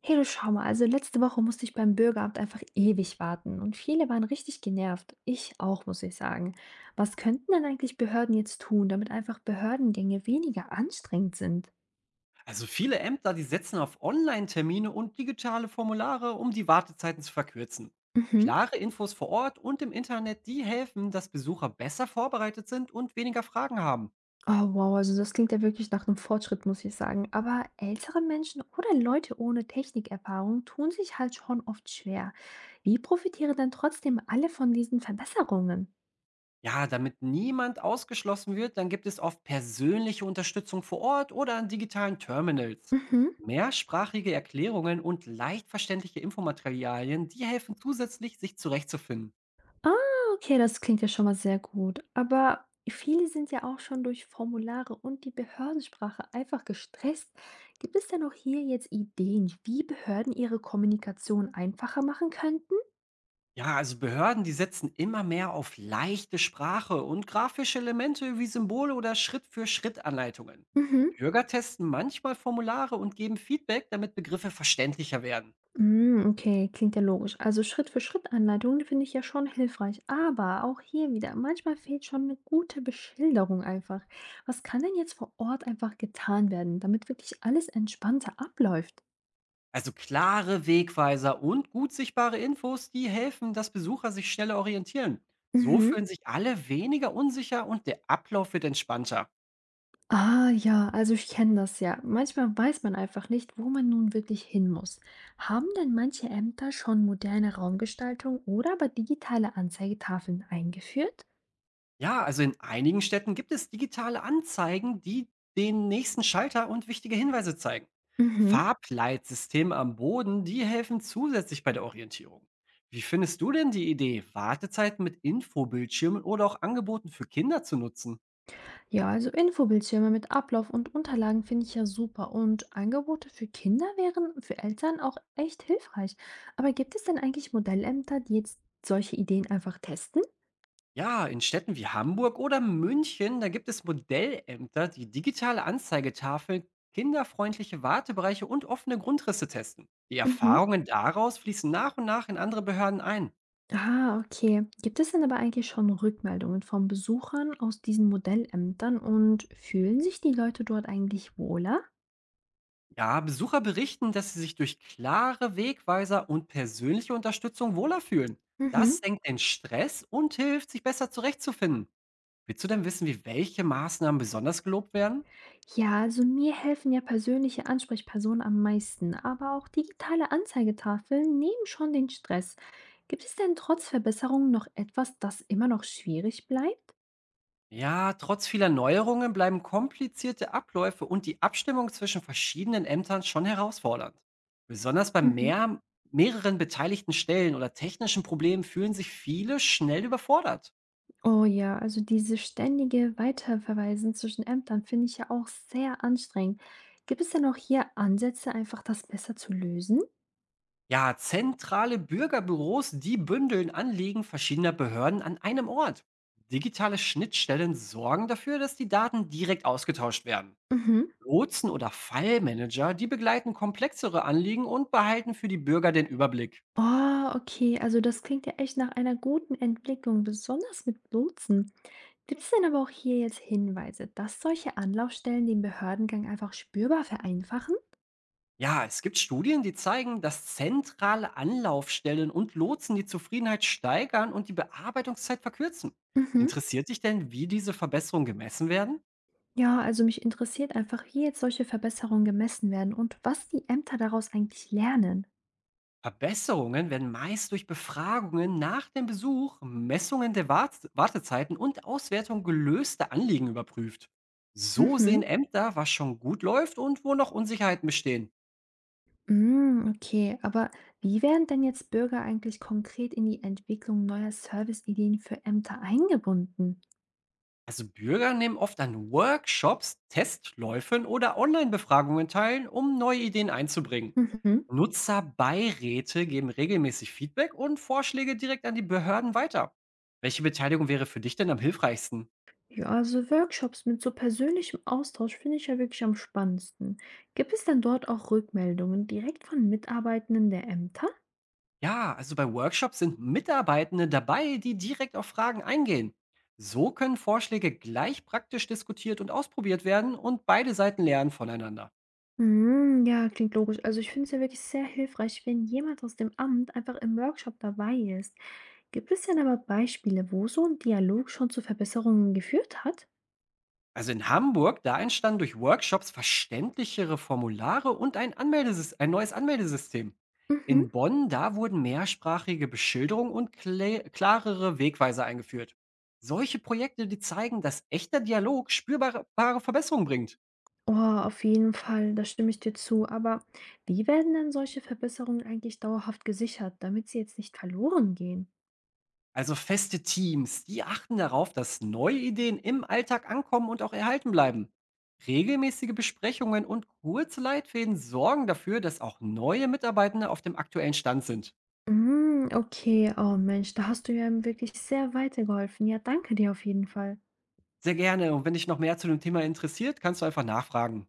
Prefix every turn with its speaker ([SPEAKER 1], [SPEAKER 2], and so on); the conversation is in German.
[SPEAKER 1] Hey, du schau mal, also letzte Woche musste ich beim Bürgeramt einfach ewig warten und viele waren richtig genervt. Ich auch, muss ich sagen. Was könnten denn eigentlich Behörden jetzt tun, damit einfach Behördengänge weniger anstrengend sind?
[SPEAKER 2] Also viele Ämter, die setzen auf Online-Termine und digitale Formulare, um die Wartezeiten zu verkürzen.
[SPEAKER 1] Mhm.
[SPEAKER 2] Klare Infos vor Ort und im Internet, die helfen, dass Besucher besser vorbereitet sind und weniger Fragen haben.
[SPEAKER 1] Oh wow, also das klingt ja wirklich nach einem Fortschritt, muss ich sagen. Aber ältere Menschen oder Leute ohne Technikerfahrung tun sich halt schon oft schwer. Wie profitieren denn trotzdem alle von diesen Verbesserungen?
[SPEAKER 2] Ja, damit niemand ausgeschlossen wird, dann gibt es oft persönliche Unterstützung vor Ort oder an digitalen Terminals.
[SPEAKER 1] Mhm.
[SPEAKER 2] Mehrsprachige Erklärungen und leicht verständliche Infomaterialien, die helfen zusätzlich, sich zurechtzufinden.
[SPEAKER 1] Ah, okay, das klingt ja schon mal sehr gut. Aber viele sind ja auch schon durch Formulare und die Behördensprache einfach gestresst. Gibt es denn auch hier jetzt Ideen, wie Behörden ihre Kommunikation einfacher machen könnten?
[SPEAKER 2] Ja, also Behörden, die setzen immer mehr auf leichte Sprache und grafische Elemente wie Symbole oder Schritt-für-Schritt-Anleitungen.
[SPEAKER 1] Mhm.
[SPEAKER 2] Bürger testen manchmal Formulare und geben Feedback, damit Begriffe verständlicher werden.
[SPEAKER 1] Mm, okay, klingt ja logisch. Also Schritt für Schritt Anleitungen finde ich ja schon hilfreich. Aber auch hier wieder, manchmal fehlt schon eine gute Beschilderung einfach. Was kann denn jetzt vor Ort einfach getan werden, damit wirklich alles entspannter abläuft?
[SPEAKER 2] Also klare Wegweiser und gut sichtbare Infos, die helfen, dass Besucher sich schneller orientieren. So
[SPEAKER 1] Mhm.
[SPEAKER 2] fühlen sich alle weniger unsicher und der Ablauf wird entspannter.
[SPEAKER 1] Ah ja, also ich kenne das ja. Manchmal weiß man einfach nicht, wo man nun wirklich hin muss. Haben denn manche Ämter schon moderne Raumgestaltung oder aber digitale Anzeigetafeln eingeführt?
[SPEAKER 2] Ja, also in einigen Städten gibt es digitale Anzeigen, die den nächsten Schalter und wichtige Hinweise zeigen.
[SPEAKER 1] Mhm.
[SPEAKER 2] Farbleitsysteme am Boden, die helfen zusätzlich bei der Orientierung. Wie findest du denn die Idee, Wartezeiten mit Infobildschirmen oder auch Angeboten für Kinder zu nutzen?
[SPEAKER 1] Ja, also Infobildschirme mit Ablauf und Unterlagen finde ich ja super. Und Angebote für Kinder wären für Eltern auch echt hilfreich. Aber gibt es denn eigentlich Modellämter, die jetzt solche Ideen einfach testen?
[SPEAKER 2] Ja, in Städten wie Hamburg oder München, da gibt es Modellämter, die digitale Anzeigetafeln, kinderfreundliche Wartebereiche und offene Grundrisse testen. Die
[SPEAKER 1] Mhm.
[SPEAKER 2] Erfahrungen daraus fließen nach und nach in andere Behörden ein.
[SPEAKER 1] Ah, okay. Gibt es denn aber eigentlich schon Rückmeldungen von Besuchern aus diesen Modellämtern und fühlen sich die Leute dort eigentlich wohler?
[SPEAKER 2] Ja, Besucher berichten, dass sie sich durch klare Wegweiser und persönliche Unterstützung wohler fühlen.
[SPEAKER 1] Mhm.
[SPEAKER 2] Das senkt den Stress und hilft, sich besser zurechtzufinden. Willst du denn wissen, wie welche Maßnahmen besonders gelobt werden?
[SPEAKER 1] Ja, also mir helfen ja persönliche Ansprechpersonen am meisten, aber auch digitale Anzeigetafeln nehmen schon den Stress. Gibt es denn trotz Verbesserungen noch etwas, das immer noch schwierig bleibt?
[SPEAKER 2] Ja, trotz vieler Neuerungen bleiben komplizierte Abläufe und die Abstimmung zwischen verschiedenen Ämtern schon herausfordernd. Besonders bei
[SPEAKER 1] Mhm.
[SPEAKER 2] mehreren beteiligten Stellen oder technischen Problemen fühlen sich viele schnell überfordert.
[SPEAKER 1] Oh ja, also dieses ständige Weiterverweisen zwischen Ämtern finde ich ja auch sehr anstrengend. Gibt es denn auch hier Ansätze, einfach das besser zu lösen?
[SPEAKER 2] Ja, zentrale Bürgerbüros, die bündeln Anliegen verschiedener Behörden an einem Ort. Digitale Schnittstellen sorgen dafür, dass die Daten direkt ausgetauscht werden.
[SPEAKER 1] Mhm.
[SPEAKER 2] Lotsen oder Fallmanager, die begleiten komplexere Anliegen und behalten für die Bürger den Überblick.
[SPEAKER 1] Oh, okay, also das klingt ja echt nach einer guten Entwicklung, besonders mit Lotsen. Gibt es denn aber auch hier jetzt Hinweise, dass solche Anlaufstellen den Behördengang einfach spürbar vereinfachen?
[SPEAKER 2] Ja, es gibt Studien, die zeigen, dass zentrale Anlaufstellen und Lotsen die Zufriedenheit steigern und die Bearbeitungszeit verkürzen.
[SPEAKER 1] Mhm.
[SPEAKER 2] Interessiert dich denn, wie diese Verbesserungen gemessen werden?
[SPEAKER 1] Ja, also mich interessiert einfach, wie jetzt solche Verbesserungen gemessen werden und was die Ämter daraus eigentlich lernen.
[SPEAKER 2] Verbesserungen werden meist durch Befragungen nach dem Besuch, Messungen der Wartezeiten und Auswertung gelöster Anliegen überprüft. So sehen
[SPEAKER 1] Mhm.
[SPEAKER 2] Ämter, was schon gut läuft und wo noch Unsicherheiten bestehen.
[SPEAKER 1] Hm, okay, aber wie werden denn jetzt Bürger eigentlich konkret in die Entwicklung neuer Serviceideen für Ämter eingebunden?
[SPEAKER 2] Also Bürger nehmen oft an Workshops, Testläufen oder Online-Befragungen teil, um neue Ideen einzubringen.
[SPEAKER 1] Mhm.
[SPEAKER 2] Nutzerbeiräte geben regelmäßig Feedback und Vorschläge direkt an die Behörden weiter. Welche Beteiligung wäre für dich denn am hilfreichsten?
[SPEAKER 1] Ja, also Workshops mit so persönlichem Austausch finde ich ja wirklich am spannendsten. Gibt es denn dort auch Rückmeldungen direkt von Mitarbeitenden der Ämter?
[SPEAKER 2] Ja, also bei Workshops sind Mitarbeitende dabei, die direkt auf Fragen eingehen. So können Vorschläge gleich praktisch diskutiert und ausprobiert werden und beide Seiten lernen voneinander.
[SPEAKER 1] Hm, ja, klingt logisch. Also ich finde es ja wirklich sehr hilfreich, wenn jemand aus dem Amt einfach im Workshop dabei ist. Gibt es denn aber Beispiele, wo so ein Dialog schon zu Verbesserungen geführt hat?
[SPEAKER 2] Also in Hamburg, da entstanden durch Workshops verständlichere Formulare und ein neues Anmeldesystem.
[SPEAKER 1] Mhm.
[SPEAKER 2] In Bonn, da wurden mehrsprachige Beschilderung und klarere Wegweiser eingeführt. Solche Projekte, die zeigen, dass echter Dialog spürbare bare Verbesserungen bringt.
[SPEAKER 1] Oh, auf jeden Fall, da stimme ich dir zu. Aber wie werden denn solche Verbesserungen eigentlich dauerhaft gesichert, damit sie jetzt nicht verloren gehen?
[SPEAKER 2] Also feste Teams, die achten darauf, dass neue Ideen im Alltag ankommen und auch erhalten bleiben. Regelmäßige Besprechungen und kurze Leitfäden sorgen dafür, dass auch neue Mitarbeitende auf dem aktuellen Stand sind.
[SPEAKER 1] Mm, okay, oh Mensch, da hast du ja wirklich sehr weitergeholfen. Ja, danke dir auf jeden Fall.
[SPEAKER 2] Sehr gerne und wenn dich noch mehr zu dem Thema interessiert, kannst du einfach nachfragen.